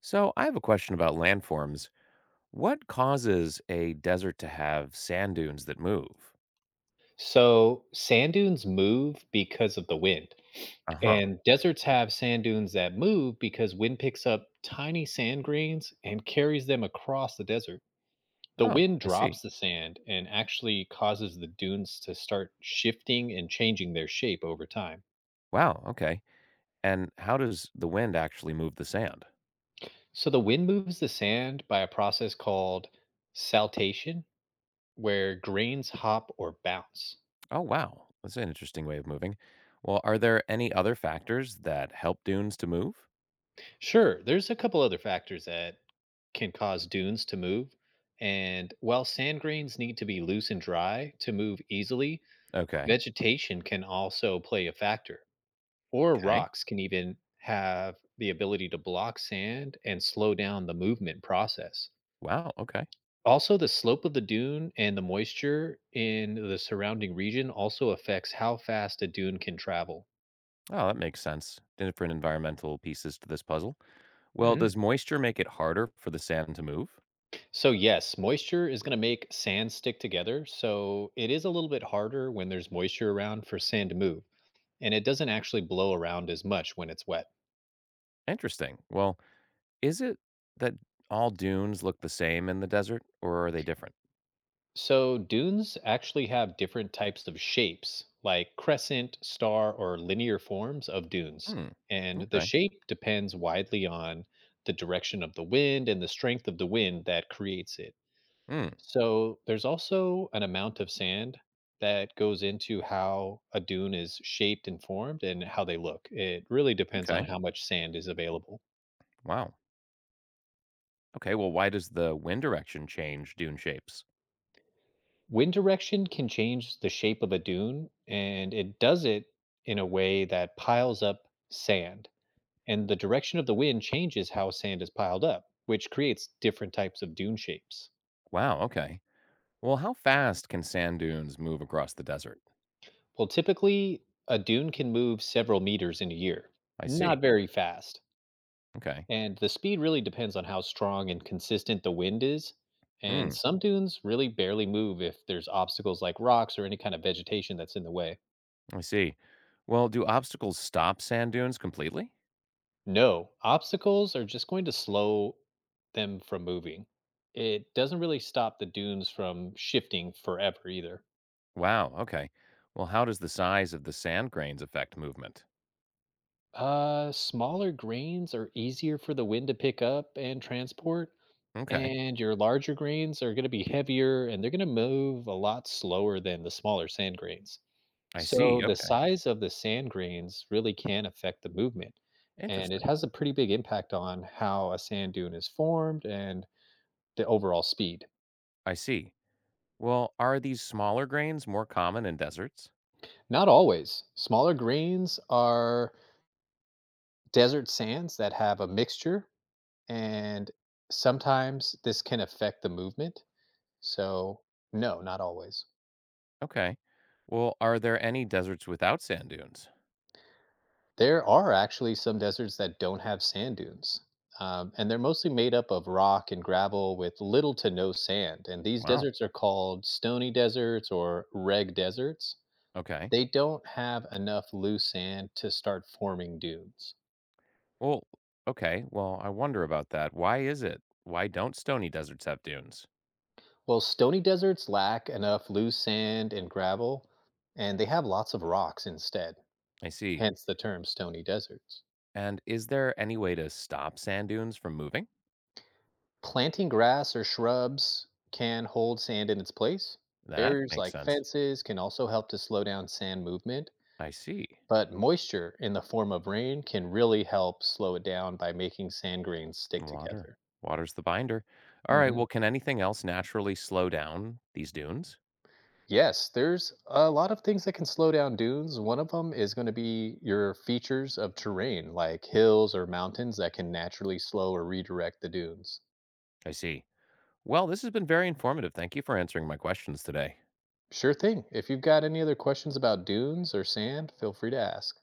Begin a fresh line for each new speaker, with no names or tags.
So, I have a question about landforms. What causes a desert to have sand dunes that move?
So sand dunes move because of the wind. Mm.
Uh huh.
And deserts have sand dunes that move because wind picks up tiny sand grains and carries them across the desert. The
Oh,
wind
I
drops
see.
the sand and actually causes the dunes to start shifting and changing their shape over time.
Wow. Okay. And how does the wind actually move the sand?
So the wind moves the sand by a process called saltation, where grains hop or bounce.
Oh, wow. That's an interesting way of moving. Well, are there any other factors that help dunes to move?
Sure, there's a couple other factors that can cause dunes to move. And while sand grains need to be loose and dry to move easily,
Okay.
vegetation can also play a factor. Or
Okay.
rocks can even have the ability to block sand and slow down the movement process.
Wow. Okay.
Also, the slope of the dune and the moisture in the surrounding region also affects how fast a dune can travel.
Oh, that makes sense. Different environmental pieces to this puzzle. Well, does
Mhm.
moisture make it harder for the sand to move?
So, yes, moisture is going to make sand stick together. So, it is a little bit harder when there's moisture around for sand to move, and it doesn't actually blow around as much when it's wet.
Interesting. Well, is it that all dunes look the same in the desert, or are they different?
So, dunes actually have different types of shapes, like crescent, star, or linear forms of dunes.
Hmm.
And the
Okay.
shape depends widely on the direction of the wind and the strength of the wind that creates it.
Hmm.
So there's also an amount of sand that goes into how a dune is shaped and formed and how they look. It really depends on
Okay.
how much sand is available.
Wow. Okay. Well, why does the wind direction change dune shapes?
Wind direction can change the shape of a dune, and it does it in a way that piles up sand. And the direction of the wind changes how sand is piled up, which creates different types of dune shapes.
Wow. Okay. Well, how fast can sand dunes move across the desert?
Well, typically, a dune can move several meters in a year,
I
not
see.
very fast.
Okay.
And the speed really depends on how strong and consistent the wind is. And
Hmm.
some dunes really barely move if there's obstacles like rocks or any kind of vegetation that's in the way.
I see. Well, do obstacles stop sand dunes completely?
No, obstacles are just going to slow them from moving. It doesn't really stop the dunes from shifting forever either.
Wow. Okay. Well, how does the size of the sand grains affect movement?
Smaller grains are easier for the wind to pick up and transport,
Okay.
and your larger grains are going to be heavier and they're going to move a lot slower than the smaller sand grains.
I
So
see.
the
Okay.
size of the sand grains really can affect the movement, and it
Interesting.
has a pretty big impact on how a sand dune is formed and the overall speed.
I see. Well, are these smaller grains more common in deserts?
Not always. Smaller grains are desert sands that have a mixture, and sometimes this can affect the movement. So, no, not always.
Okay. Well, are there any deserts without sand dunes?
There are actually some deserts that don't have sand dunes, and they're mostly made up of rock and gravel with little to no sand. And these
Wow.
deserts are called stony deserts or reg deserts.
Okay.
They don't have enough loose sand to start forming dunes.
Well, okay. Well, I wonder about that. Why is it? Why don't stony deserts have dunes?
Well, stony deserts lack enough loose sand and gravel, and they have lots of rocks instead,
I see.
hence the term stony deserts.
And is there any way to stop sand dunes from moving?
Planting grass or shrubs can hold sand in its place.
That
Barriers
makes
like
sense.
fences can also help to slow down sand movement,
I see.
but moisture in the form of rain can really help slow it down by making sand grains stick
Water.
together.
Water's the binder. All right. Well,
Hmm.
can anything else naturally slow down these dunes?
Yes, there's a lot of things that can slow down dunes. One of them is going to be your features of terrain, like hills or mountains that can naturally slow or redirect the dunes.
I see. Well, this has been very informative. Thank you for answering my questions today.
Sure thing. If you've got any other questions about dunes or sand, feel free to ask.